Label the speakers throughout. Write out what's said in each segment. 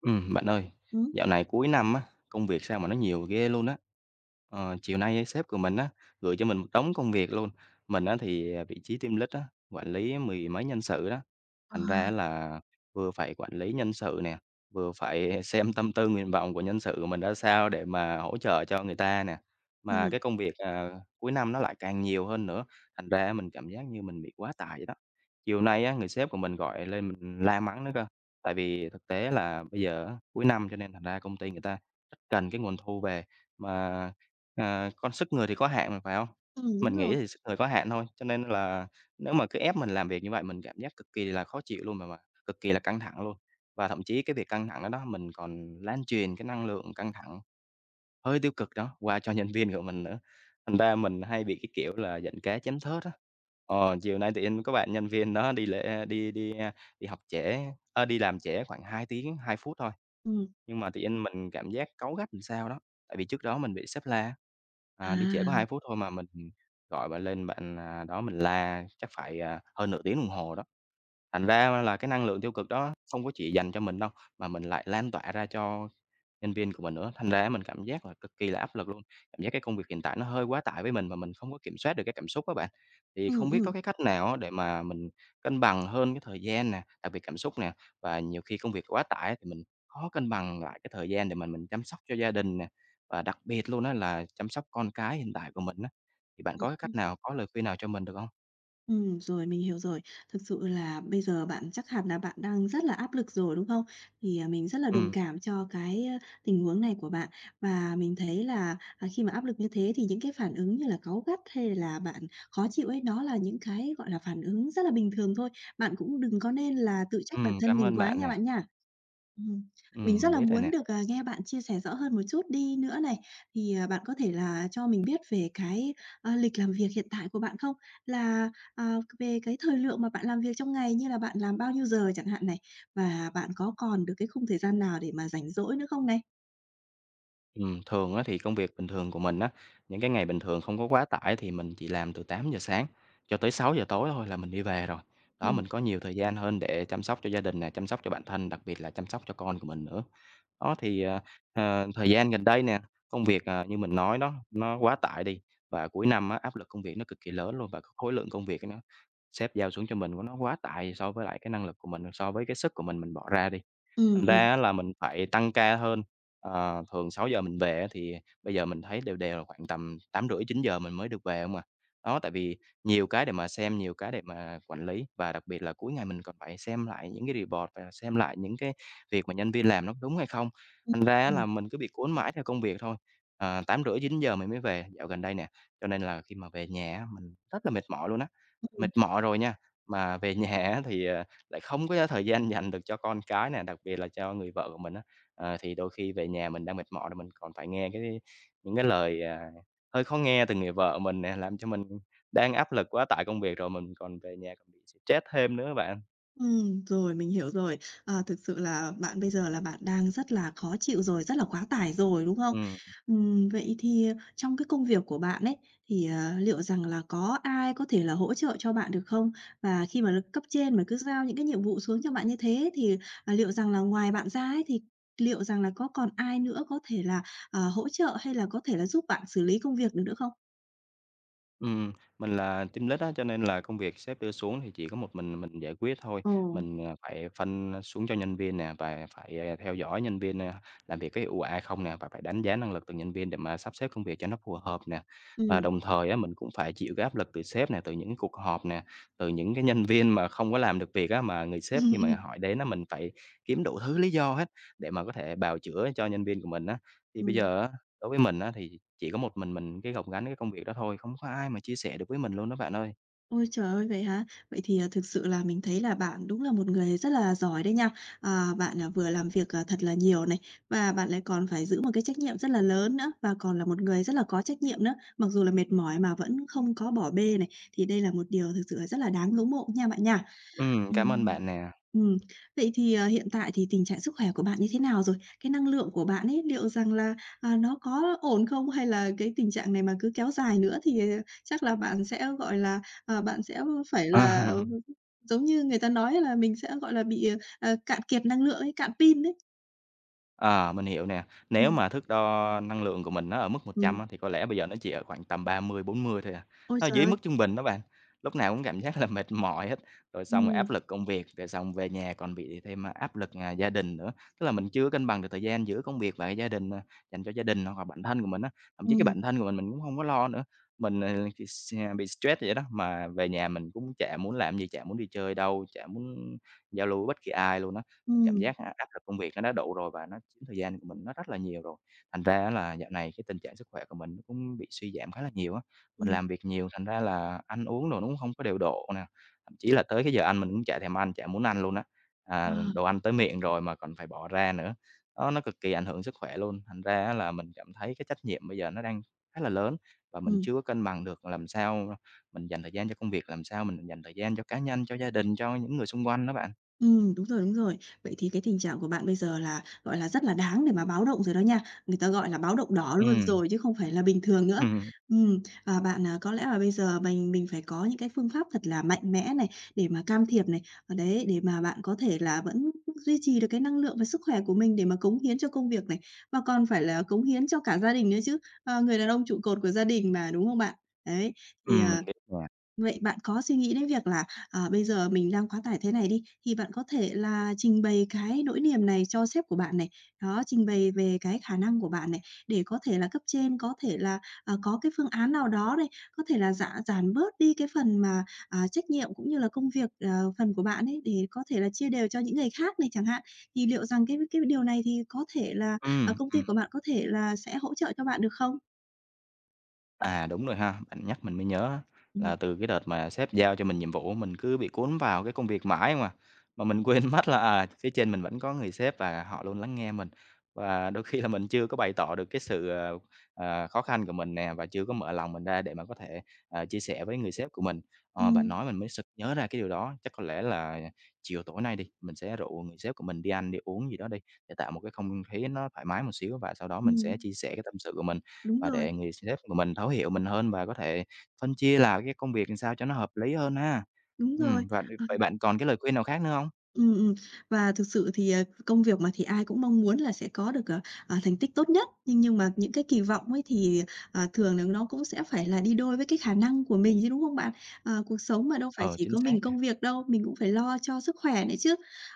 Speaker 1: Bạn ơi,
Speaker 2: Ừm.
Speaker 1: dạo này cuối năm á, công việc sao mà nó nhiều ghê luôn á. Chiều nay á, sếp của mình á, gửi cho mình một đống công việc luôn. Mình á thì, vị trí team lead á, quản lý mười mấy nhân sự đó.
Speaker 2: À,
Speaker 1: Thành ra là vừa phải quản lý nhân sự nè, vừa phải xem tâm tư nguyện vọng của nhân sự của mình ra sao để mà hỗ trợ cho người ta nè. Mà
Speaker 2: ừm,
Speaker 1: cái công việc, cuối năm nó lại càng nhiều hơn nữa, thành ra mình cảm giác như mình bị quá tải vậy đó. Chiều nay á, người sếp của mình gọi lên mình la mắng nữa cơ. Tại vì thực tế là bây giờ á, cuối năm cho nên thành ra công ty người ta rất cần cái nguồn thu về, mà, con sức người thì có hạn mà, phải không?
Speaker 2: Đúng
Speaker 1: Mình nghĩ
Speaker 2: rồi.
Speaker 1: thì sức người có hạn thôi, cho nên là nếu mà cứ ép mình làm việc như vậy mình cảm giác cực kỳ là khó chịu luôn, mà cực kỳ là căng thẳng luôn. Và thậm chí cái việc căng thẳng đó đó, mình còn lan truyền cái năng lượng căng thẳng hơi tiêu cực đó, qua cho nhân viên của mình nữa, thành ra mình hay bị cái kiểu là giận cá chém thớt á. Chiều nay tự nhiên có bạn nhân viên đó đi lễ đi đi, à, đi học trễ ơ, đi làm trễ khoảng 2 phút thôi,
Speaker 2: Ừm,
Speaker 1: nhưng mà tự nhiên mình cảm giác cáu gắt làm sao đó, tại vì trước đó mình bị sếp la,
Speaker 2: à,
Speaker 1: đi trễ có 2 phút thôi mà mình gọi bạn lên đó mình la chắc phải, hơn nửa tiếng đồng hồ đó. Thành ra là cái năng lượng tiêu cực đó không có chỉ dành cho mình đâu, mà mình lại lan tỏa ra cho nhân viên của mình nữa, thành ra mình cảm giác là cực kỳ là áp lực luôn. Cảm giác cái công việc hiện tại nó hơi quá tải với mình mà mình không có kiểm soát được cái cảm xúc á bạn. Thì
Speaker 2: ừm,
Speaker 1: không biết
Speaker 2: ừm,
Speaker 1: có cái cách nào á để mà mình cân bằng hơn cái thời gian nè, đặc biệt cảm xúc nè, và nhiều khi công việc quá tải thì mình khó cân bằng lại cái thời gian để mình chăm sóc cho gia đình nè, và đặc biệt luôn đó là chăm sóc con cái hiện tại của mình á. Thì bạn có cái
Speaker 2: ừm,
Speaker 1: cách nào, có lời khuyên nào cho mình được không?
Speaker 2: Rồi, mình hiểu rồi. Thực sự là bây giờ bạn chắc hẳn là bạn đang rất là áp lực rồi, đúng không? Thì, mình rất là đồng
Speaker 1: Ừ,
Speaker 2: cảm cho cái, tình huống này của bạn. Và mình thấy là, khi mà áp lực như thế thì những cái phản ứng như là cáu gắt hay là bạn khó chịu ấy, nó là những cái, gọi là, phản ứng rất là bình thường thôi. Bạn cũng đừng có nên là tự trách bản thân
Speaker 1: cảm
Speaker 2: mình
Speaker 1: ơn
Speaker 2: quá
Speaker 1: bạn
Speaker 2: nha
Speaker 1: nè.
Speaker 2: bạn nha. Ừm.
Speaker 1: Ừ,
Speaker 2: Mình rất
Speaker 1: mình
Speaker 2: là
Speaker 1: biết rồi
Speaker 2: muốn
Speaker 1: nè.
Speaker 2: được, nghe bạn chia sẻ rõ hơn một chút đi nữa này. Thì, bạn có thể là cho mình biết về cái, lịch làm việc hiện tại của bạn không? Là, về cái thời lượng mà bạn làm việc trong ngày như là bạn làm bao nhiêu giờ chẳng hạn này? Và bạn có còn được cái khung thời gian nào để mà rảnh rỗi nữa không này?
Speaker 1: Thường á thì công việc bình thường của mình á, những cái ngày bình thường không có quá tải thì mình chỉ làm từ 8 giờ sáng cho tới 6 giờ tối thôi là mình đi về rồi. Đó,
Speaker 2: Ừm.
Speaker 1: mình có nhiều thời gian hơn để chăm sóc cho gia đình nè, chăm sóc cho bản thân, đặc biệt là chăm sóc cho con của mình nữa. Đó, thì, thời gian gần đây nè, công việc, như mình nói đó, nó quá tải đi và cuối năm á, áp lực công việc nó cực kỳ lớn luôn và cái khối lượng công việc nó sếp giao xuống cho mình của nó quá tải so với lại cái năng lực của mình, so với cái sức của mình bỏ ra đi.
Speaker 2: Ừm,
Speaker 1: Thành
Speaker 2: ừm,
Speaker 1: ra á là mình phải tăng ca hơn, thường 6 giờ mình về á thì bây giờ mình thấy đều đều là khoảng tầm 8 rưỡi 9 giờ mình mới được về hông à. Đó, tại vì nhiều cái để mà xem, nhiều cái để mà quản lý và đặc biệt là cuối ngày mình còn phải xem lại những cái report và xem lại những cái việc mà nhân viên làm nó đúng hay không. Thành ra á là mình cứ bị cuốn mãi theo công việc thôi. 8 rưỡi 9 giờ mình mới về dạo gần đây nè, cho nên là khi mà về nhà á mình rất là mệt mỏi luôn á. Mệt mỏi rồi nha, mà về nhà á thì, lại không có thời gian dành được cho con cái nè, đặc biệt là cho người vợ của mình á. Thì đôi khi về nhà mình đang mệt mỏi rồi mình còn phải nghe những cái lời, hơi khó nghe từ người vợ mình nè, làm cho mình đang áp lực quá tải công việc rồi mình còn về nhà còn bị stress thêm nữa bạn.
Speaker 2: Rồi, mình hiểu rồi. Thực sự là bạn bây giờ là bạn đang rất là khó chịu rồi, rất là quá tải rồi, đúng không?
Speaker 1: Ừm.
Speaker 2: Vậy thì trong cái công việc của bạn ấy, thì, liệu rằng là có ai có thể là hỗ trợ cho bạn được không? Và khi mà cấp trên mà cứ giao những cái nhiệm vụ xuống cho bạn như thế thì, liệu rằng là ngoài bạn ra ấy, thì liệu rằng là có còn ai nữa có thể là, hỗ trợ hay là có thể là giúp bạn xử lý công việc được nữa không?
Speaker 1: Ừm, mình là team lead á, cho nên là công việc sếp đưa xuống thì chỉ có một mình giải quyết thôi.
Speaker 2: Ồ,
Speaker 1: Mình phải phân xuống cho nhân viên nè, và phải, theo dõi nhân viên, làm việc có hiệu quả hay không nè, và phải đánh giá năng lực từng nhân viên để mà sắp xếp công việc cho nó phù hợp nè. Và
Speaker 2: ừm.
Speaker 1: đồng thời á, mình cũng phải chịu cái áp lực từ sếp nè, từ những cuộc họp nè, từ những cái nhân viên mà không có làm được việc á, mà người sếp khi mà
Speaker 2: Ừm,
Speaker 1: hỏi đến á, mình phải kiếm đủ thứ lý do hết để mà có thể bào chữa cho nhân viên của mình á. Thì bây
Speaker 2: ừm.
Speaker 1: giờ á Đối với mình á, thì chỉ có một mình cái gồng gánh cái công việc đó thôi, không có ai mà chia sẻ được với mình luôn đó bạn ơi.
Speaker 2: Ôi trời ơi, vậy hả? Vậy thì, thực sự là mình thấy là bạn đúng là một người rất là giỏi đấy nha. Bạn, vừa làm việc, thật là nhiều này, và bạn lại còn phải giữ một cái trách nhiệm rất là lớn nữa, và còn là một người rất là có trách nhiệm nữa. Mặc dù là mệt mỏi mà vẫn không có bỏ bê này, thì đây là một điều thực sự là rất là đáng ngưỡng mộ nha bạn nha.
Speaker 1: Cảm ơn
Speaker 2: Ừm.
Speaker 1: bạn nè.
Speaker 2: Ừm. Vậy thì, hiện tại thì tình trạng sức khỏe của bạn như thế nào rồi? Cái năng lượng của bạn ấy, liệu rằng là, nó có ổn không? Hay là cái tình trạng này mà cứ kéo dài nữa thì, chắc là bạn sẽ, gọi là, bạn sẽ phải là, giống như người ta nói là mình sẽ, gọi là, bị, cạn kiệt năng lượng ấy, cạn pin ấy.
Speaker 1: Ờ, mình hiểu nè. Nếu
Speaker 2: Ừm,
Speaker 1: mà thước đo năng lượng của mình nó ở mức
Speaker 2: ừm.
Speaker 1: 100 á, thì có lẽ bây giờ nó chỉ ở khoảng tầm 30 40 thôi à.
Speaker 2: Ôi
Speaker 1: Nó ở
Speaker 2: trời
Speaker 1: dưới
Speaker 2: ơi!
Speaker 1: mức trung bình đó bạn. Lúc nào cũng cảm giác là mệt mỏi hết, rồi xong rồi áp
Speaker 2: Ừm,
Speaker 1: lực công việc, rồi xong về nhà còn bị thêm, áp lực, gia đình nữa. Tức là mình chưa cân bằng được thời gian giữa công việc và cái gia đình, dành cho gia đình hoặc là bản thân của mình á. Thậm chí cái
Speaker 2: ừm,
Speaker 1: bản thân của mình cũng không có lo nữa. Mình bị stress vậy đó, mà về nhà mình cũng chả muốn làm gì, chả muốn đi chơi đâu, chả muốn giao lưu với bất kỳ ai luôn á. Mình cảm
Speaker 2: ừm,
Speaker 1: giác, áp lực công việc nó đã đủ rồi và nó chiếm thời gian của mình nó rất là nhiều rồi. Thành ra á là dạo này cái tình trạng sức khỏe của mình nó cũng bị suy giảm khá là nhiều á. Mình
Speaker 2: ừm.
Speaker 1: làm việc nhiều thành ra là ăn uống đồ nó cũng không có điều độ nè, thậm chí là tới cái giờ ăn mình cũng chả thèm ăn, chả muốn ăn luôn á.
Speaker 2: Ờ,
Speaker 1: Đồ ăn tới miệng rồi mà còn phải bỏ ra nữa, đó, nó cực kỳ ảnh hưởng sức khỏe luôn. Thành ra á là mình cảm thấy cái trách nhiệm bây giờ nó đang khá là lớn và mình
Speaker 2: ừm.
Speaker 1: chưa có cân bằng được làm sao mình dành thời gian cho công việc, làm sao mình dành thời gian cho cá nhân, cho gia đình, cho những người xung quanh đó bạn.
Speaker 2: Đúng rồi, đúng rồi. Vậy thì cái tình trạng của bạn bây giờ là, gọi là, rất là đáng để mà báo động rồi đó nha. Người ta gọi là báo động đỏ luôn
Speaker 1: Ừm.
Speaker 2: rồi chứ không phải là bình thường nữa. Ừm, và bạn, có lẽ là bây giờ mình phải có những cái phương pháp thật là mạnh mẽ này, để mà can thiệp này, ở đấy, để mà bạn có thể là vẫn duy trì được cái năng lượng và sức khỏe của mình để mà cống hiến cho công việc này, và còn phải là cống hiến cho cả gia đình nữa chứ. Người đàn ông trụ cột của gia đình mà, đúng không bạn? Đấy, thì, à
Speaker 1: Mình biết nè.
Speaker 2: Vậy bạn có suy nghĩ đến việc là, bây giờ mình đang quá tải thế này đi, thì bạn có thể là trình bày cái nỗi niềm này cho sếp của bạn này, đó, trình bày về cái khả năng của bạn này, để có thể là cấp trên có thể là, có cái phương án nào đó này, có thể là giảm giảm bớt đi cái phần mà, trách nhiệm cũng như là công việc, phần của bạn ấy, để có thể là chia đều cho những người khác này chẳng hạn. Thì liệu rằng cái điều này thì có thể là,
Speaker 1: Ừm,
Speaker 2: công ty
Speaker 1: ừm.
Speaker 2: của bạn có thể là sẽ hỗ trợ cho bạn được không?
Speaker 1: Đúng rồi ha, bạn nhắc mình mới nhớ á, là
Speaker 2: Ừm.
Speaker 1: từ cái đợt mà sếp giao cho mình nhiệm vụ, mình cứ bị cuốn vào cái công việc mãi mà mình quên mất là, phía trên mình vẫn có người sếp và họ luôn lắng nghe mình. Và đôi khi là mình chưa có bày tỏ được cái sự, khó khăn của mình nè, và chưa có mở lòng mình ra để mà có thể, chia sẻ với người sếp của mình. Bạn
Speaker 2: Ừm.
Speaker 1: nói mình mới sực nhớ ra cái điều đó, chắc có lẽ là chiều tối nay đi, mình sẽ rủ người sếp của mình đi ăn, đi uống gì đó đi, để tạo một cái không khí nó thoải mái một xíu và sau đó mình sẽ
Speaker 2: Ừm,
Speaker 1: chia sẻ cái tâm sự của mình
Speaker 2: đúng
Speaker 1: và
Speaker 2: rồi,
Speaker 1: để người sếp của mình thấu hiểu mình hơn và có thể phân chia là cái công việc làm sao cho nó hợp lý hơn ha.
Speaker 2: đúng rồi.
Speaker 1: Và
Speaker 2: Ờ.
Speaker 1: Vậy bạn còn cái lời khuyên nào khác nữa hông?
Speaker 2: Ừm. Và thực sự thì, công việc mà thì ai cũng mong muốn là sẽ có được, thành tích tốt nhất, nhưng mà những cái kỳ vọng ấy thì, thường là nó cũng sẽ phải là đi đôi với cái khả năng của mình chứ, đúng không bạn? Cuộc sống mà đâu phải
Speaker 1: Ờ,
Speaker 2: chỉ
Speaker 1: chính
Speaker 2: có
Speaker 1: xác
Speaker 2: mình
Speaker 1: nè.
Speaker 2: công việc đâu, mình cũng phải lo cho sức khỏe nữa chứ.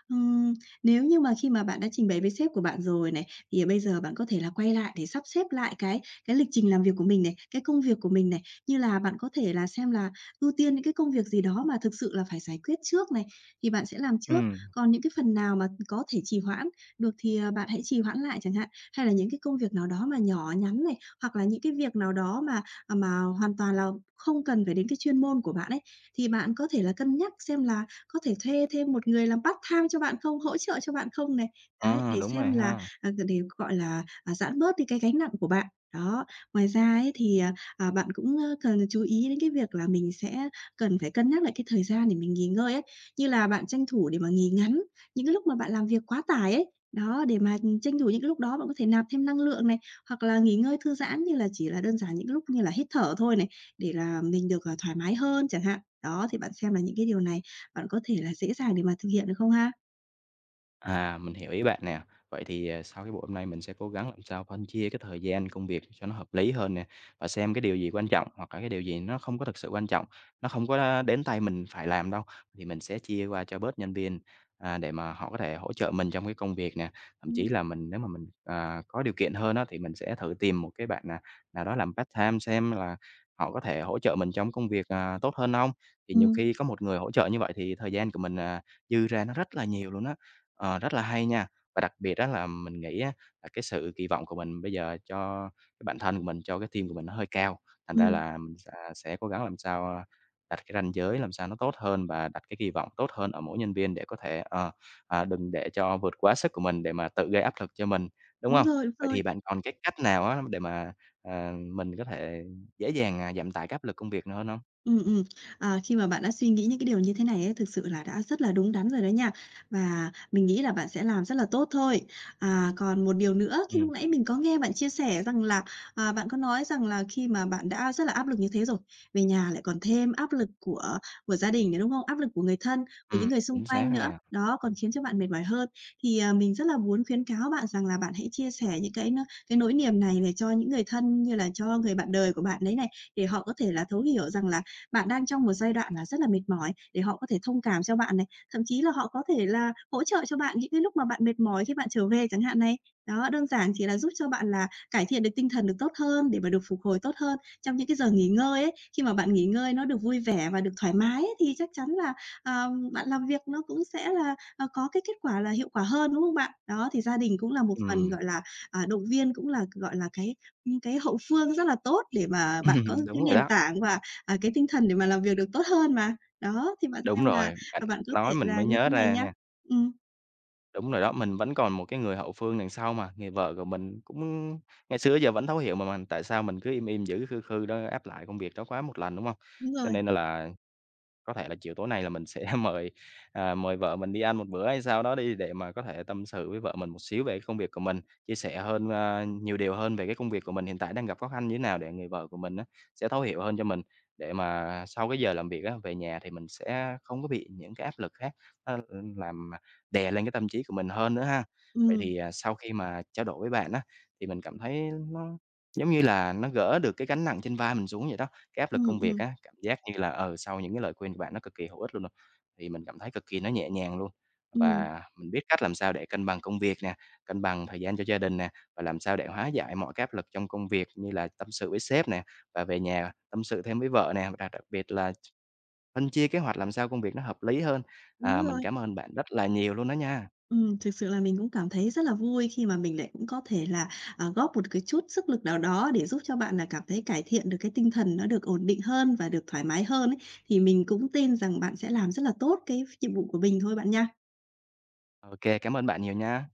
Speaker 2: Ừm, Nếu như mà khi mà bạn đã trình bày với sếp của bạn rồi này, thì bây giờ bạn có thể là quay lại để sắp xếp lại cái lịch trình làm việc của mình này, cái công việc của mình này, như là bạn có thể là xem là ưu tiên những cái công việc gì đó mà thực sự là phải giải quyết trước này, thì bạn sẽ làm trước.
Speaker 1: Ừm,
Speaker 2: Còn những cái phần nào mà có thể trì hoãn được thì, bạn hãy trì hoãn lại chẳng hạn, hay là những cái công việc nào đó mà nhỏ nhắn này, hoặc là những cái việc nào đó mà, mà hoàn toàn là không cần phải đến cái chuyên môn của bạn ấy, thì bạn có thể là cân nhắc xem là có thể thuê thêm một người làm part-time cho bạn không, hỗ trợ cho bạn không này. Đấy,
Speaker 1: ờ,
Speaker 2: để
Speaker 1: Đúng
Speaker 2: xem
Speaker 1: rồi
Speaker 2: là,
Speaker 1: ha.
Speaker 2: để, gọi là, giảm bớt đi cái gánh nặng của bạn. Đó, ngoài ra ấy thì, bạn cũng, cần chú ý đến cái việc là mình sẽ cần phải cân nhắc lại cái thời gian để mình nghỉ ngơi ấy như là bạn tranh thủ để mà nghỉ ngắn những cái lúc mà bạn làm việc quá tải ấy, đó, để mà, tranh thủ những cái lúc đó bạn có thể nạp thêm năng lượng này, hoặc là nghỉ ngơi thư giãn như là chỉ là đơn giản những lúc như là hít thở thôi này, để là mình được, thoải mái hơn chẳng hạn. Đó, thì bạn xem là những cái điều này bạn có thể là dễ dàng để mà thực hiện được không ha?
Speaker 1: Mình hiểu ý bạn nè. Vậy thì, sau cái buổi hôm nay mình sẽ cố gắng làm sao phân chia cái thời gian công việc cho nó hợp lý hơn nè, và xem cái điều gì quan trọng hoặc là cái điều gì nó không có thực sự quan trọng, nó không có, đến tay mình phải làm đâu, thì mình sẽ chia qua cho bớt nhân viên, để mà họ có thể hỗ trợ mình trong cái công việc nè. Thậm chí
Speaker 2: Ừm.
Speaker 1: là mình nếu mà mình, có điều kiện hơn đó thì mình sẽ thử tìm một cái bạn, nào đó làm part-time xem là họ có thể hỗ trợ mình trong công việc, tốt hơn không? Thì nhiều
Speaker 2: Ừm,
Speaker 1: khi có một người hỗ trợ như vậy thì thời gian của mình, dư ra nó rất là nhiều luôn á. Ờ, rất là hay nha. Và đặc biệt đó là mình nghĩ á là cái sự kỳ vọng của mình bây giờ cho cái bản thân của mình, cho cái team của mình nó hơi cao, thành ra
Speaker 2: ừm,
Speaker 1: là mình sẽ cố gắng làm sao, đặt cái ranh giới làm sao nó tốt hơn và đặt cái kỳ vọng tốt hơn ở mỗi nhân viên để có thể, đừng để cho vượt quá sức của mình để mà tự gây áp lực cho mình, đúng
Speaker 2: đúng
Speaker 1: không?
Speaker 2: rồi, đúng
Speaker 1: Vậy
Speaker 2: rồi.
Speaker 1: thì bạn còn cái cách nào á để mà, mình có thể dễ dàng, giảm tải cái áp lực công việc nữa hơn hông?
Speaker 2: Ừm, ừm. Khi mà bạn đã suy nghĩ những cái điều như thế này ấy, thực sự là đã rất là đúng đắn rồi đấy nha, và mình nghĩ là bạn sẽ làm rất là tốt thôi. Còn một điều nữa, khi lúc
Speaker 1: Ừm,
Speaker 2: nãy mình có nghe bạn chia sẻ rằng là, bạn có nói rằng là khi mà bạn đã rất là áp lực như thế rồi, về nhà lại còn thêm áp lực của gia đình nữa, đúng không? Áp lực của người thân, của những người xung
Speaker 1: chính
Speaker 2: quanh
Speaker 1: xác
Speaker 2: nữa,
Speaker 1: nè.
Speaker 2: đó, còn khiến cho bạn mệt mỏi hơn. Thì, mình rất là muốn khuyến cáo bạn rằng là bạn hãy chia sẻ những cái nỗi niềm này để cho những người thân như là cho người bạn đời của bạn đấy này, để họ có thể là thấu hiểu rằng là bạn đang trong một giai đoạn là rất là mệt mỏi để họ có thể thông cảm cho bạn này, thậm chí là họ có thể là hỗ trợ cho bạn những cái lúc mà bạn mệt mỏi khi bạn trở về chẳng hạn này. Đó, đơn giản chỉ là giúp cho bạn là cải thiện được tinh thần được tốt hơn để mà được phục hồi tốt hơn trong những cái giờ nghỉ ngơi ấy. Khi mà bạn nghỉ ngơi nó được vui vẻ và được thoải mái ấy, thì chắc chắn là, à, bạn làm việc nó cũng sẽ là, có cái kết quả là hiệu quả hơn, đúng không bạn? Đó, thì gia đình cũng là một phần,
Speaker 1: Ừm,
Speaker 2: gọi là, động viên, cũng là, gọi là, cái hậu phương rất là tốt để mà bạn có
Speaker 1: đúng
Speaker 2: cái
Speaker 1: rồi
Speaker 2: nền
Speaker 1: đó.
Speaker 2: tảng và cái tinh thần để mà làm việc được tốt hơn mà. Đó, thì bạn
Speaker 1: Đúng
Speaker 2: xem là,
Speaker 1: rồi, bạn
Speaker 2: bạn có thể
Speaker 1: nói mình
Speaker 2: là
Speaker 1: mới
Speaker 2: như
Speaker 1: nhớ
Speaker 2: thế này
Speaker 1: ra
Speaker 2: nhá.
Speaker 1: nha.
Speaker 2: Ừm,
Speaker 1: Đúng rồi đó, mình vẫn còn một cái người hậu phương đằng sau mà, người vợ của mình cũng ngày xưa giờ vẫn thấu hiểu mà mình, tại sao mình cứ im im, giữ khư khư đó, áp lại công việc đó quá một lần, đúng không?
Speaker 2: đúng
Speaker 1: Cho
Speaker 2: rồi,
Speaker 1: nên là có thể là chiều tối nay là mình sẽ mời vợ mình đi ăn một bữa hay sao đó đi để mà có thể tâm sự với vợ mình một xíu về cái công việc của mình, chia sẻ hơn, nhiều điều hơn về cái công việc của mình hiện tại đang gặp khó khăn như thế nào để người vợ của mình á sẽ thấu hiểu hơn cho mình, để mà sau cái giờ làm việc á, về nhà thì mình sẽ không có bị những cái áp lực khác nó, làm đè lên cái tâm trí của mình hơn nữa ha. Vậy
Speaker 2: ừm,
Speaker 1: thì, sau khi mà trao đổi với bạn á, thì mình cảm thấy nó giống như là nó gỡ được cái gánh nặng trên vai mình xuống vậy đó. Cái áp lực
Speaker 2: ừm,
Speaker 1: công việc
Speaker 2: ừm,
Speaker 1: á, cảm giác như là, sau những cái lời khuyên của bạn nó cực kỳ hữu ích luôn rồi, thì mình cảm thấy cực kỳ nó nhẹ nhàng luôn.
Speaker 2: ừm,
Speaker 1: Và mình biết cách làm sao để cân bằng công việc nè, cân bằng thời gian cho gia đình nè, và làm sao để hóa giải mọi cái áp lực trong công việc như là tâm sự với sếp nè, và về nhà tâm sự thêm với vợ nè, và đặc biệt là phân chia kế hoạch làm sao công việc nó hợp lý hơn.
Speaker 2: đúng
Speaker 1: À, mình
Speaker 2: rồi.
Speaker 1: cảm ơn bạn rất là nhiều luôn đó nha.
Speaker 2: Thực sự là mình cũng cảm thấy rất là vui khi mà mình lại cũng có thể là, góp một cái chút sức lực nào đó để giúp cho bạn là cảm thấy cải thiện được cái tinh thần nó được ổn định hơn và được thoải mái hơn ấy. Thì mình cũng tin rằng bạn sẽ làm rất là tốt cái nhiệm vụ của mình thôi bạn nha.
Speaker 1: Ok, cảm ơn bạn nhiều nha.